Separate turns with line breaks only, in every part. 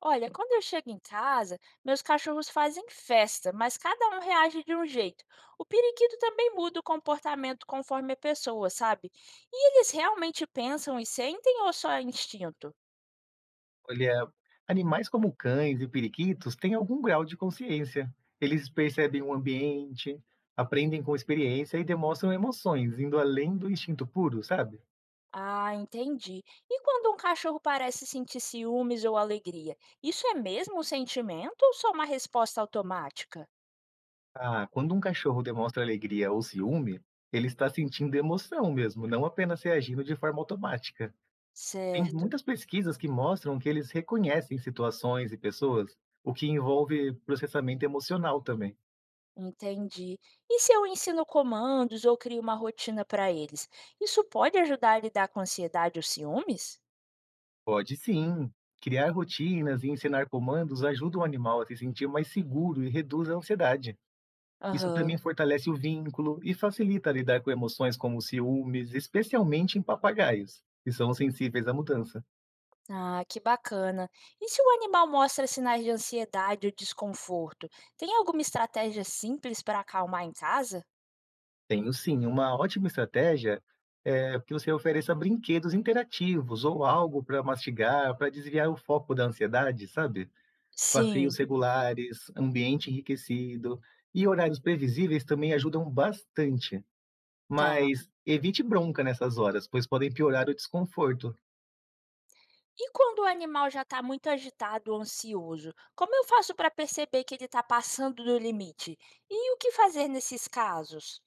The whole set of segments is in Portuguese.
Olha, quando eu chego em casa, meus cachorros fazem festa, mas cada um reage de um jeito. O periquito também muda o comportamento conforme a pessoa, sabe? E eles realmente pensam e sentem ou só é instinto?
Olha, animais como cães e periquitos têm algum grau de consciência. Eles percebem o ambiente, aprendem com experiência e demonstram emoções, indo além do instinto puro, sabe?
Ah, entendi. E quando um cachorro parece sentir ciúmes ou alegria, isso é mesmo um sentimento ou só uma resposta automática?
Ah, quando um cachorro demonstra alegria ou ciúme, ele está sentindo emoção mesmo, não apenas reagindo de forma automática. Tem
Certo,
muitas pesquisas que mostram que eles reconhecem situações e pessoas, o que envolve processamento emocional também.
entendi. E se eu ensino comandos ou crio uma rotina para eles? Isso pode ajudar a lidar com ansiedade ou ciúmes?
Pode sim. Criar rotinas e ensinar comandos ajuda o animal a se sentir mais seguro e reduz a ansiedade. Isso
Aham.
também fortalece o vínculo e facilita lidar com emoções como ciúmes, especialmente em papagaios, que são sensíveis à mudança.
Ah, que bacana. E se o animal mostra sinais de ansiedade ou desconforto, tem alguma estratégia simples para acalmar em casa?
Tenho sim, uma ótima estratégia é que você ofereça brinquedos interativos ou algo para mastigar, para desviar o foco da ansiedade, sabe? Passeios
Sim,
regulares, ambiente enriquecido e horários previsíveis também ajudam bastante.
tá.
Mas evite bronca nessas horas, pois podem piorar o desconforto.
E quando o animal já está muito agitado ou ansioso, como eu faço para perceber que ele está passando do limite? E o que fazer nesses casos?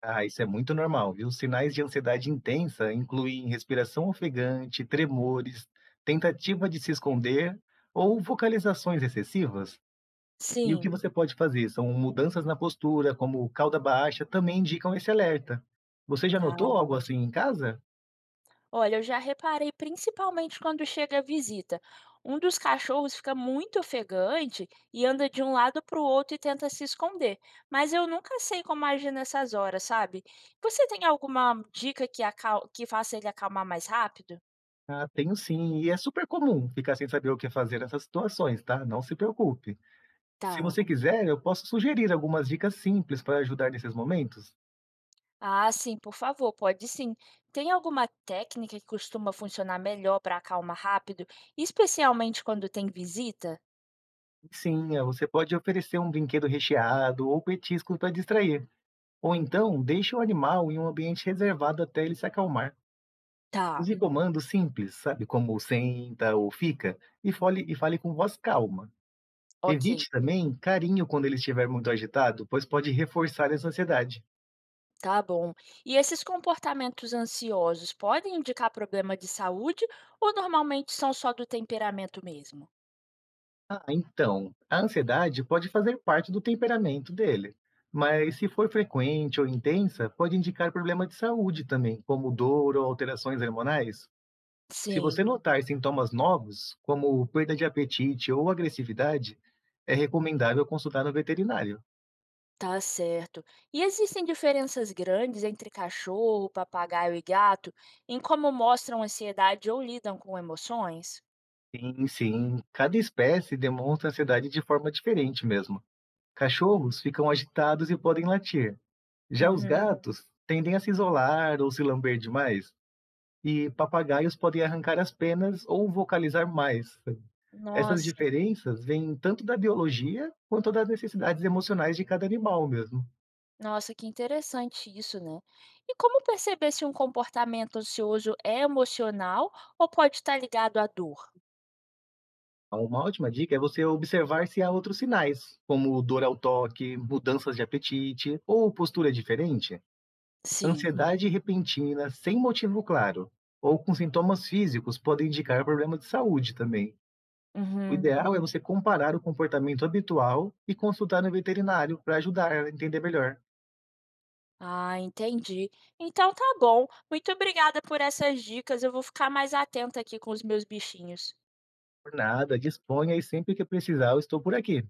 Ah, isso é muito normal, viu? Sinais de ansiedade intensa incluem respiração ofegante, tremores, tentativa de se esconder ou vocalizações excessivas. E o que
Sim.
você pode fazer são mudanças na postura, como cauda baixa, também indicam esse alerta. Você já
Ah,
notou algo assim
entendi.
em casa?
Olha, eu já reparei principalmente quando chega a visita. Um dos cachorros fica muito ofegante e anda de um lado para o outro e tenta se esconder. Mas eu nunca sei como agir nessas horas, sabe? Você tem alguma dica que, que faça ele acalmar mais rápido?
Ah, tenho sim, e é super comum ficar sem saber o que fazer nessas situações, tá? Não se preocupe. Se
Tá.
você quiser, eu posso sugerir algumas dicas simples para ajudar nesses momentos.
Ah, sim, por favor, pode sim. Tem alguma técnica que costuma funcionar melhor para acalmar rápido, especialmente quando tem visita?
Sim, você pode oferecer um brinquedo recheado ou petiscos para distrair, ou então deixe o animal em um ambiente reservado até ele se acalmar.
Tá.
Use comandos simples, sabe, como senta ou fica, e fale com voz calma.
Ok.
Evite também carinho quando ele estiver muito agitado, pois pode reforçar essa ansiedade.
Tá bom. E esses comportamentos ansiosos podem indicar problema de saúde ou normalmente são só do temperamento mesmo?
Ah, então, a ansiedade pode fazer parte do temperamento dele, mas se for frequente ou intensa, pode indicar problema de saúde também, como dor ou alterações hormonais. Se
Sim,
você notar sintomas novos, como perda de apetite ou agressividade, é recomendável consultar um veterinário.
tá certo. E existem diferenças grandes entre cachorro, papagaio e gato em como mostram ansiedade ou lidam com emoções?
Sim, sim, cada espécie demonstra ansiedade de forma diferente mesmo. Cachorros ficam agitados e podem latir. Já os
Uhum.
gatos tendem a se isolar ou se lamber demais. E papagaios podem arrancar as penas ou vocalizar mais. Essas
Nossa,
diferenças vêm tanto da biologia quanto das necessidades emocionais de cada animal mesmo.
nossa, que interessante isso, né? E como perceber se um comportamento ansioso é emocional ou pode estar ligado à dor?
Então, uma ótima dica é você observar se há outros sinais, como dor ao toque, mudanças de apetite ou postura diferente.
Sim.
Ansiedade repentina, sem motivo claro, ou com sintomas físicos, podem indicar problemas de saúde também. O
Uhum.
ideal é você comparar o comportamento habitual e consultar um veterinário para ajudar a entender melhor.
Ah, entendi. Então tá bom. Muito obrigada por essas dicas. Eu vou ficar mais atenta aqui com os meus bichinhos.
Por nada, disponha, e sempre que precisar eu estou por aqui.